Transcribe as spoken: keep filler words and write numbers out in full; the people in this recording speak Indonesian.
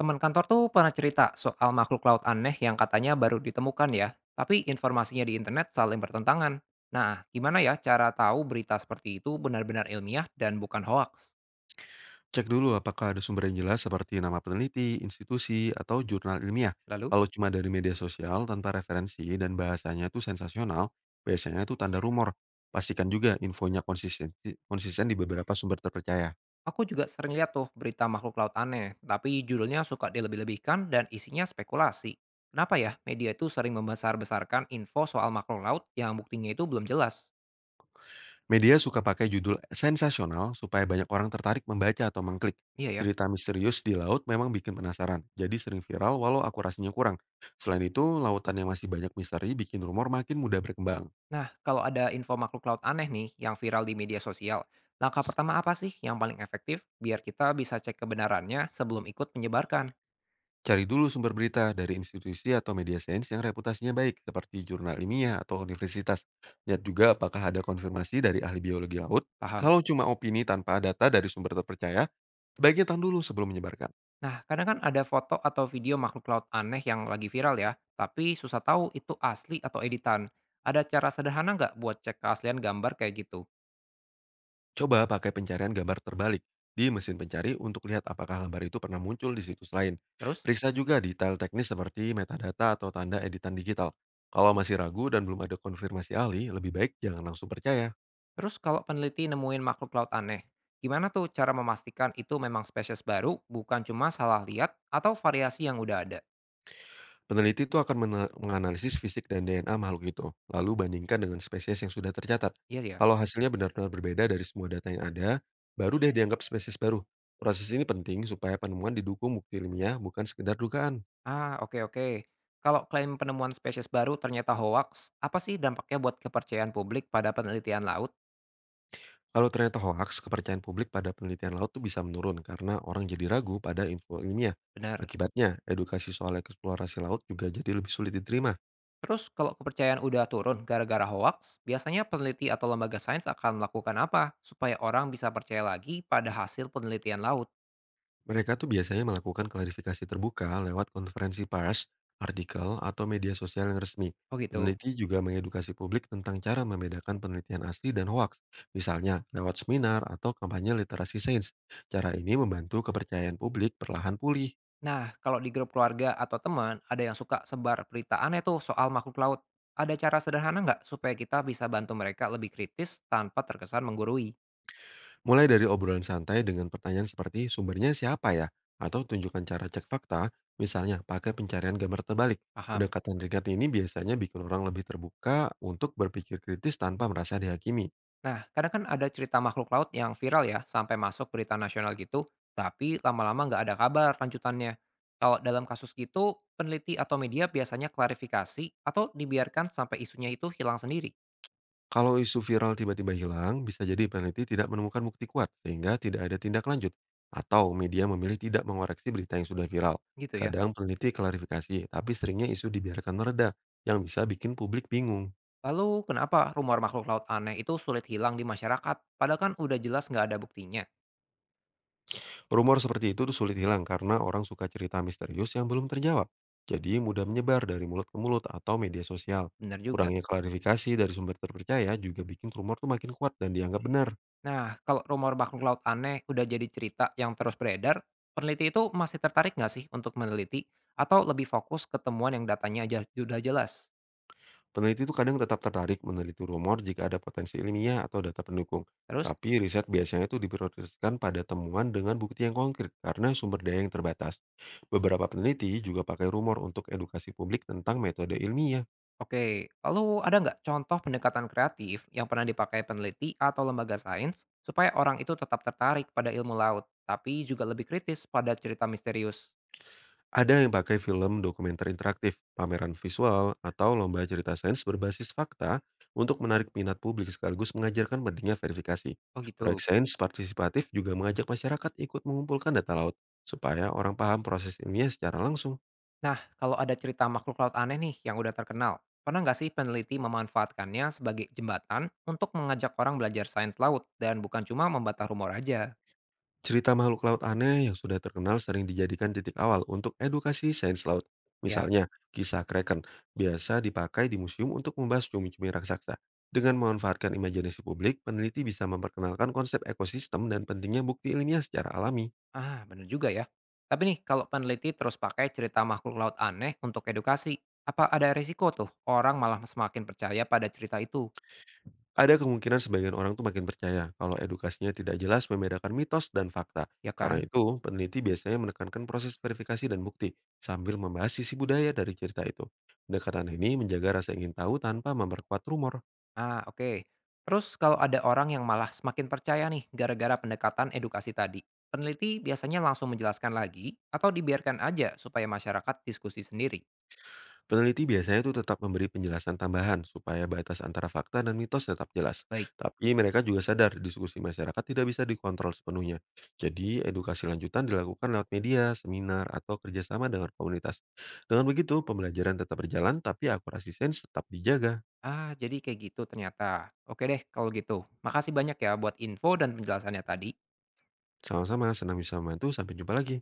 Teman kantor tuh pernah cerita soal makhluk laut aneh yang katanya baru ditemukan ya, tapi informasinya di internet saling bertentangan. Nah, gimana ya cara tahu berita seperti itu benar-benar ilmiah dan bukan hoax? Cek dulu apakah ada sumber yang jelas seperti nama peneliti, institusi, atau jurnal ilmiah. Lalu, Kalau cuma dari media sosial tanpa referensi dan bahasanya itu sensasional, biasanya itu tanda rumor. Pastikan juga infonya konsisten, konsisten di beberapa sumber terpercaya. aku juga sering lihat tuh berita makhluk laut aneh, tapi judulnya suka dilebih-lebihkan dan isinya spekulasi. Kenapa ya media itu sering membesar-besarkan info soal makhluk laut yang buktinya itu belum jelas? Media suka pakai judul sensasional supaya banyak orang tertarik membaca atau mengklik. Iya ya. Cerita misterius di laut memang bikin penasaran, jadi sering viral walau akurasinya kurang. Selain itu, lautan yang masih banyak misteri bikin rumor makin mudah berkembang. Nah, kalau ada info makhluk laut aneh nih yang viral di media sosial, langkah pertama apa sih yang paling efektif biar kita bisa cek kebenarannya sebelum ikut menyebarkan? Cari dulu sumber berita dari institusi atau media sains yang reputasinya baik, seperti jurnal ilmiah atau universitas. Lihat juga apakah ada konfirmasi dari ahli biologi laut. Paham? Kalau cuma opini tanpa data dari sumber terpercaya, sebaiknya tahan dulu sebelum menyebarkan. Nah, kadang kan ada foto atau video makhluk laut aneh yang lagi viral ya, tapi susah tahu itu asli atau editan. Ada cara sederhana nggak buat cek keaslian gambar kayak gitu? Coba pakai pencarian gambar terbalik di mesin pencari untuk lihat apakah gambar itu pernah muncul di situs lain. Terus, Periksa juga detail teknis seperti metadata atau tanda editan digital. Kalau masih ragu dan belum ada konfirmasi ahli, lebih baik jangan langsung percaya. terus kalau peneliti nemuin makhluk laut aneh, gimana tuh cara memastikan itu memang spesies baru, bukan cuma salah lihat atau variasi yang udah ada? Peneliti itu akan mene menganalisis fisik dan D N A makhluk itu, lalu bandingkan dengan spesies yang sudah tercatat. Iya ya. Kalau hasilnya benar-benar berbeda dari semua data yang ada, baru deh dianggap spesies baru. Proses ini penting supaya penemuan didukung bukti ilmiah, bukan sekedar dugaan. Ah, oke oke. Kalau klaim penemuan spesies baru ternyata hoaks, apa sih dampaknya buat kepercayaan publik pada penelitian laut? Kalau ternyata hoaks, kepercayaan publik pada penelitian laut tuh bisa menurun karena orang jadi ragu pada info ilmiah. Benar. Akibatnya, edukasi soal eksplorasi laut juga jadi lebih sulit diterima. Terus kalau kepercayaan udah turun gara-gara hoaks, biasanya peneliti atau lembaga sains akan melakukan apa supaya orang bisa percaya lagi pada hasil penelitian laut? Mereka tuh biasanya melakukan klarifikasi terbuka lewat konferensi pers, artikel, atau media sosial yang resmi. Oh gitu. Peneliti juga mengedukasi publik tentang cara membedakan penelitian asli dan hoaks, misalnya lewat seminar atau kampanye literasi sains. Cara ini membantu kepercayaan publik perlahan pulih. Nah, kalau di grup keluarga atau teman, ada yang suka sebar berita aneh tuh soal makhluk laut. Ada cara sederhana nggak supaya kita bisa bantu mereka lebih kritis tanpa terkesan menggurui? Mulai dari obrolan santai dengan pertanyaan seperti sumbernya siapa ya, atau tunjukkan cara cek fakta, misalnya pakai pencarian gambar terbalik. Paham? Pendekatan ringan ini biasanya bikin orang lebih terbuka untuk berpikir kritis tanpa merasa dihakimi. Nah, kadang kan ada cerita makhluk laut yang viral ya, sampai masuk berita nasional gitu, tapi lama-lama nggak ada kabar lanjutannya. Kalau dalam kasus gitu, peneliti atau media biasanya klarifikasi atau dibiarkan sampai isunya itu hilang sendiri, Kalau isu viral tiba-tiba hilang, bisa jadi peneliti tidak menemukan bukti kuat sehingga tidak ada tindak lanjut atau media memilih tidak mengoreksi berita yang sudah viral. gitu ya. Kadang peneliti klarifikasi, tapi seringnya isu dibiarkan mereda yang bisa bikin publik bingung. Lalu kenapa rumor makhluk laut aneh itu sulit hilang di masyarakat, padahal kan udah jelas nggak ada buktinya? Rumor seperti itu tuh sulit hilang karena orang suka cerita misterius yang belum terjawab. Jadi mudah menyebar dari mulut ke mulut atau media sosial. Bener juga. Kurangnya klarifikasi dari sumber terpercaya juga bikin rumor tuh makin kuat dan dianggap benar. Nah, kalau rumor makhluk laut aneh udah jadi cerita yang terus beredar, peneliti itu masih tertarik nggak sih untuk meneliti? Atau lebih fokus ke temuan yang datanya aja sudah jelas? Peneliti itu kadang tetap tertarik meneliti rumor jika ada potensi ilmiah atau data pendukung. Terus? Tapi riset biasanya itu diprioritaskan pada temuan dengan bukti yang konkret karena sumber daya yang terbatas. Beberapa peneliti juga pakai rumor untuk edukasi publik tentang metode ilmiah. Oke, lalu ada nggak contoh pendekatan kreatif yang pernah dipakai peneliti atau lembaga sains supaya orang itu tetap tertarik pada ilmu laut, tapi juga lebih kritis pada cerita misterius? Ada yang pakai film dokumenter interaktif, pameran visual, atau lomba cerita sains berbasis fakta untuk menarik minat publik sekaligus mengajarkan pentingnya verifikasi. Oh Proyek gitu. sains partisipatif juga mengajak masyarakat ikut mengumpulkan data laut supaya orang paham proses ilmiah secara langsung. Nah, kalau ada cerita makhluk laut aneh nih yang udah terkenal, pernah nggak sih peneliti memanfaatkannya sebagai jembatan untuk mengajak orang belajar sains laut dan bukan cuma membantah rumor aja? Cerita makhluk laut aneh yang sudah terkenal sering dijadikan titik awal untuk edukasi sains laut. Ya. Misalnya, kisah Kraken biasa dipakai di museum untuk membahas cumi-cumi raksasa. Dengan memanfaatkan imajinasi publik, peneliti bisa memperkenalkan konsep ekosistem dan pentingnya bukti ilmiah secara alami. Ah, bener juga ya. Tapi nih, kalau peneliti terus pakai cerita makhluk laut aneh untuk edukasi, apa ada resiko tuh orang malah semakin percaya pada cerita itu, Ada kemungkinan sebagian orang tuh makin percaya kalau edukasinya tidak jelas membedakan mitos dan fakta. ya Karena kan? itu, peneliti biasanya menekankan proses verifikasi dan bukti sambil membahas sisi budaya dari cerita itu. Pendekatan ini menjaga rasa ingin tahu tanpa memperkuat rumor. Ah, oke. Terus kalau ada orang yang malah semakin percaya nih gara-gara pendekatan edukasi tadi, peneliti biasanya langsung menjelaskan lagi atau dibiarkan aja supaya masyarakat diskusi sendiri? Peneliti biasanya itu tetap memberi penjelasan tambahan supaya batas antara fakta dan mitos tetap jelas. Baik. Tapi mereka juga sadar diskusi masyarakat tidak bisa dikontrol sepenuhnya. Jadi edukasi lanjutan dilakukan lewat media, seminar, atau kerjasama dengan komunitas. Dengan begitu pembelajaran tetap berjalan tapi akurasi sains tetap dijaga. Ah, jadi kayak gitu ternyata. Oke deh kalau gitu. Makasih banyak ya buat info dan penjelasannya tadi. Sama-sama senang bisa membantu. Sampai jumpa lagi.